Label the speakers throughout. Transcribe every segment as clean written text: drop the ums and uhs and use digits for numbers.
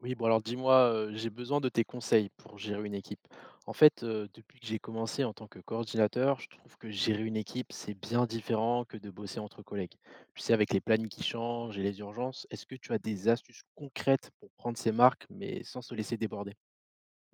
Speaker 1: Oui, bon alors dis-moi, j'ai besoin de tes conseils pour gérer une équipe. En fait, depuis que j'ai commencé en tant que coordinateur, je trouve que gérer une équipe, c'est bien différent que de bosser entre collègues. Tu sais, avec les plannings qui changent et les urgences, est-ce que tu as des astuces concrètes pour prendre ses marques, mais sans se laisser déborder?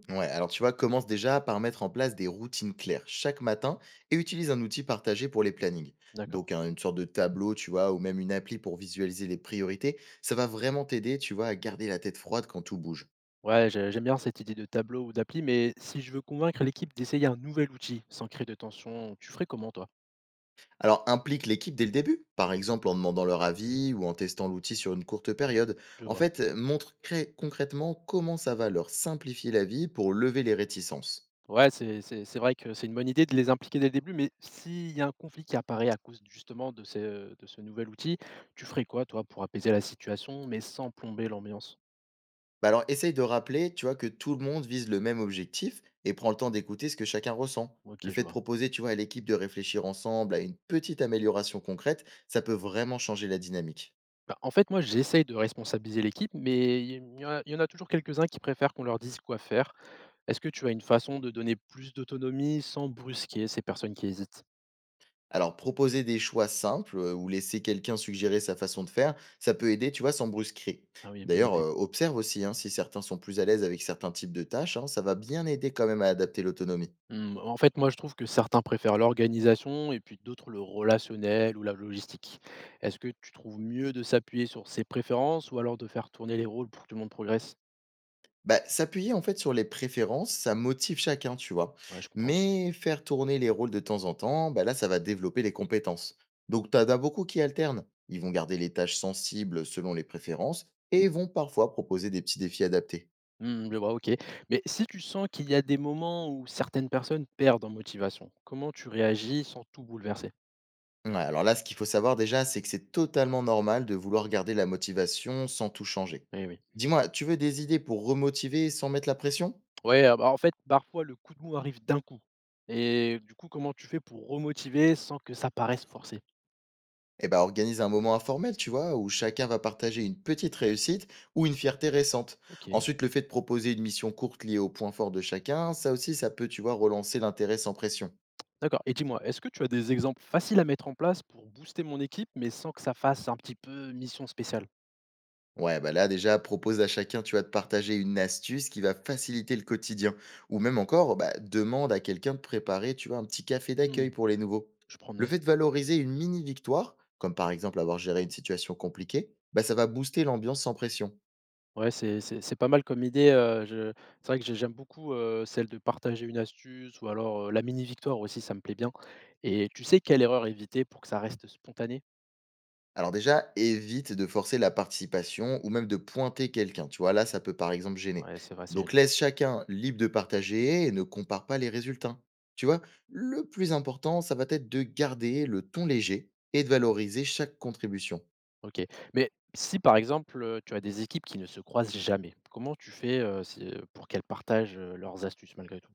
Speaker 2: Ouais, alors tu vois, commence déjà par mettre en place des routines claires chaque matin et utilise un outil partagé pour les plannings.
Speaker 1: D'accord.
Speaker 2: Donc une sorte de tableau, tu vois, ou même une appli pour visualiser les priorités, ça va vraiment t'aider, tu vois, à garder la tête froide quand tout bouge.
Speaker 1: Ouais, j'aime bien cette idée de tableau ou d'appli, mais si je veux convaincre l'équipe d'essayer un nouvel outil sans créer de tension, tu ferais comment toi?
Speaker 2: Alors implique l'équipe dès le début, par exemple en demandant leur avis ou en testant l'outil sur une courte période.
Speaker 1: Je
Speaker 2: En
Speaker 1: vois.
Speaker 2: fait, montre concrètement comment ça va leur simplifier la vie pour lever les réticences.
Speaker 1: Ouais, c'est vrai que c'est une bonne idée de les impliquer dès le début, mais s'il y a un conflit qui apparaît à cause justement de ces, de ce nouvel outil, tu ferais quoi toi pour apaiser la situation, mais sans plomber l'ambiance?
Speaker 2: Bah alors, essaye de rappeler, tu vois, que tout le monde vise le même objectif et prends le temps d'écouter ce que chacun ressent.
Speaker 1: OK,
Speaker 2: Le
Speaker 1: je
Speaker 2: fait de
Speaker 1: vois.
Speaker 2: proposer, tu vois, à l'équipe de réfléchir ensemble à une petite amélioration concrète, ça peut vraiment changer la dynamique.
Speaker 1: Bah, en fait, moi, j'essaye de responsabiliser l'équipe, mais il y en a toujours quelques-uns qui préfèrent qu'on leur dise quoi faire. Est-ce que tu as une façon de donner plus d'autonomie sans brusquer ces personnes qui hésitent?
Speaker 2: Alors, proposer des choix simples ou laisser quelqu'un suggérer sa façon de faire, ça peut aider, tu vois, sans brusquer.
Speaker 1: Ah oui, bonne
Speaker 2: D'ailleurs,
Speaker 1: idée.
Speaker 2: observe aussi hein, si certains sont plus à l'aise avec certains types de tâches, hein, ça va bien aider quand même à adapter l'autonomie.
Speaker 1: Mmh, en fait, moi, je trouve que certains préfèrent l'organisation et puis d'autres le relationnel ou la logistique. Est-ce que tu trouves mieux de s'appuyer sur ses préférences ou alors de faire tourner les rôles pour que tout le monde progresse?
Speaker 2: Bah, s'appuyer en fait sur les préférences, ça motive chacun, tu vois.
Speaker 1: Ouais, je comprends.
Speaker 2: Mais faire tourner les rôles de temps en temps, bah là, ça va développer les compétences. Donc, t'as as beaucoup qui alternent. Ils vont garder les tâches sensibles selon les préférences et vont parfois proposer des petits défis adaptés.
Speaker 1: Mmh, je vois. OK. Mais si tu sens qu'il y a des moments où certaines personnes perdent en motivation, comment tu réagis sans tout bouleverser?
Speaker 2: Ouais, alors là, ce qu'il faut savoir déjà, c'est que c'est totalement normal de vouloir garder la motivation sans tout changer.
Speaker 1: Eh oui.
Speaker 2: Dis-moi, tu veux des idées pour remotiver sans mettre la pression.
Speaker 1: Ouais, ah bah, en fait, parfois, le coup de mou arrive d'un coup. Et du coup, comment tu fais pour remotiver sans que ça paraisse forcé?
Speaker 2: Eh ben, organise un moment informel, tu vois, où chacun va partager une petite réussite ou une fierté récente.
Speaker 1: OK.
Speaker 2: Ensuite, le fait de proposer une mission courte liée aux points forts de chacun, ça aussi, ça peut, tu vois, relancer l'intérêt sans pression.
Speaker 1: D'accord, et dis-moi, est-ce que tu as des exemples faciles à mettre en place pour booster mon équipe, mais sans que ça fasse un petit peu mission spéciale?
Speaker 2: Ouais, bah là, déjà, propose à chacun, tu vois, de partager une astuce qui va faciliter le quotidien. Ou même encore, bah, demande à quelqu'un de préparer, tu vois, un petit café
Speaker 1: Mmh,
Speaker 2: d'accueil pour les nouveaux.
Speaker 1: je prends
Speaker 2: Le
Speaker 1: note.
Speaker 2: fait de valoriser une mini victoire, comme par exemple avoir géré une situation compliquée, bah, ça va booster l'ambiance sans pression.
Speaker 1: Ouais, c'est pas mal comme idée, je c'est vrai que j'aime beaucoup, celle de partager une astuce ou alors, la mini victoire aussi, ça me plaît bien, et tu sais quelle erreur éviter pour que ça reste spontané?
Speaker 2: Alors déjà, évite de forcer la participation ou même de pointer quelqu'un. Tu vois, là, ça peut par exemple gêner.
Speaker 1: Ouais, c'est vrai, c'est
Speaker 2: Donc
Speaker 1: gênant.
Speaker 2: laisse chacun libre de partager et ne compare pas les résultats. Tu vois, le plus important, ça va être de garder le ton léger et de valoriser chaque contribution.
Speaker 1: OK, mais si par exemple, tu as des équipes qui ne se croisent jamais, comment tu fais, si, pour qu'elles partagent, leurs astuces malgré tout?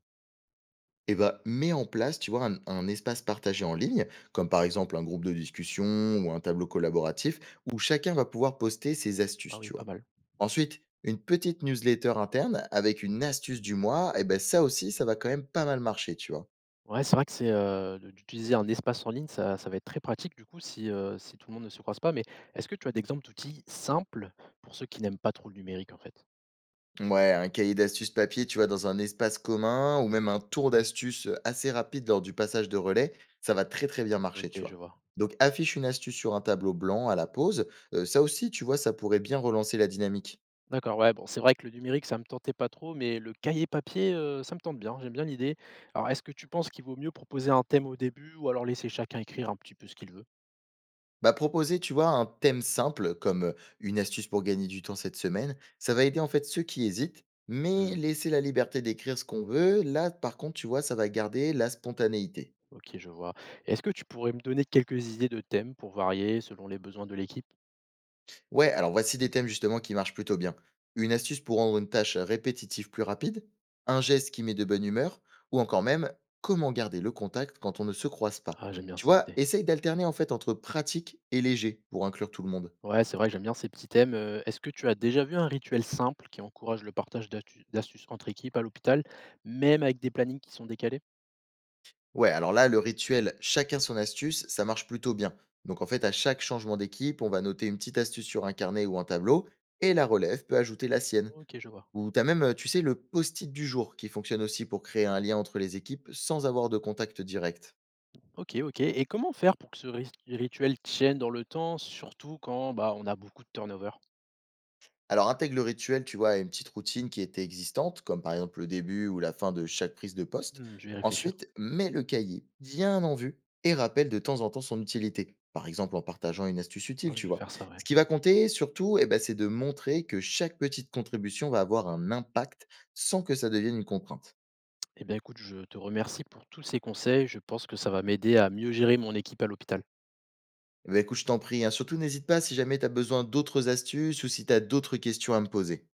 Speaker 2: Et bah, mets en place, tu vois, un espace partagé en ligne, comme par exemple un groupe de discussion ou un tableau collaboratif, où chacun va pouvoir poster ses
Speaker 1: Ah
Speaker 2: astuces,
Speaker 1: oui,
Speaker 2: tu
Speaker 1: pas
Speaker 2: vois.
Speaker 1: mal.
Speaker 2: Ensuite, une petite newsletter interne avec une astuce du mois, et ben ça aussi, ça va quand même pas mal marcher, tu vois.
Speaker 1: Ouais, c'est vrai que c'est, de d'utiliser un espace en ligne, ça va être très pratique du coup si, si tout le monde ne se croise pas. Mais est-ce que tu as d'exemples d'outils simples pour ceux qui n'aiment pas trop le numérique en fait?
Speaker 2: Ouais, un cahier d'astuces papier, tu vois, dans un espace commun ou même un tour d'astuces assez rapide lors du passage de relais, ça va très très bien marcher, tu
Speaker 1: OK, je
Speaker 2: vois.
Speaker 1: vois.
Speaker 2: Donc affiche une astuce sur un tableau blanc à la pause, ça aussi, tu vois, ça pourrait bien relancer la dynamique.
Speaker 1: D'accord, ouais, bon, c'est vrai que le numérique, ça me tentait pas trop, mais le cahier papier, ça me tente bien, j'aime bien l'idée. Alors est-ce que tu penses qu'il vaut mieux proposer un thème au début ou alors laisser chacun écrire un petit peu ce qu'il veut?
Speaker 2: Bah, proposer, tu vois, un thème simple comme une astuce pour gagner du temps cette semaine, ça va aider en fait ceux qui hésitent, mais
Speaker 1: Mmh,
Speaker 2: laisser la liberté d'écrire ce qu'on veut, là par contre, tu vois, ça va garder la spontanéité.
Speaker 1: OK, je vois. Est-ce que tu pourrais me donner quelques idées de thèmes pour varier selon les besoins de l'équipe?
Speaker 2: Ouais, alors voici des thèmes justement qui marchent plutôt bien. Une astuce pour rendre une tâche répétitive plus rapide, un geste qui met de bonne humeur, ou encore même comment garder le contact quand on ne se croise pas.
Speaker 1: Ah, j'aime bien
Speaker 2: Tu
Speaker 1: ces
Speaker 2: vois,
Speaker 1: idées.
Speaker 2: essaye d'alterner en fait entre pratique et léger pour inclure tout le monde.
Speaker 1: Ouais, c'est vrai que j'aime bien ces petits thèmes. Est-ce que tu as déjà vu un rituel simple qui encourage le partage d'astuces entre équipes à l'hôpital, même avec des plannings qui sont décalés?
Speaker 2: Ouais, alors là, le rituel chacun son astuce, ça marche plutôt bien. Donc en fait, à chaque changement d'équipe, on va noter une petite astuce sur un carnet ou un tableau, et la relève peut ajouter la sienne.
Speaker 1: OK, je vois.
Speaker 2: Ou t'as même, tu sais, le post-it du jour qui fonctionne aussi pour créer un lien entre les équipes sans avoir de contact direct.
Speaker 1: OK, OK, et comment faire pour que ce ris rituel tienne dans le temps, surtout quand, bah, on a beaucoup de turnover?
Speaker 2: Alors intègre le rituel, tu vois, à une petite routine qui était existante, comme par exemple le début ou la fin de chaque prise de poste.
Speaker 1: Mmh, je vais y réfléchir.
Speaker 2: Ensuite, mets le cahier bien en vue et rappelle de temps en temps son utilité. Par exemple, en partageant une astuce utile,
Speaker 1: Ouais, je
Speaker 2: tu
Speaker 1: vais
Speaker 2: vois.
Speaker 1: faire ça, ouais.
Speaker 2: Ce qui va compter surtout, eh ben, c'est de montrer que chaque petite contribution va avoir un impact sans que ça devienne une contrainte.
Speaker 1: Eh bien, écoute, je te remercie pour tous ces conseils. Je pense que ça va m'aider à mieux gérer mon équipe à l'hôpital.
Speaker 2: Eh ben, écoute, je t'en prie, hein. Surtout, n'hésite pas si jamais tu as besoin d'autres astuces ou si tu as d'autres questions à me poser.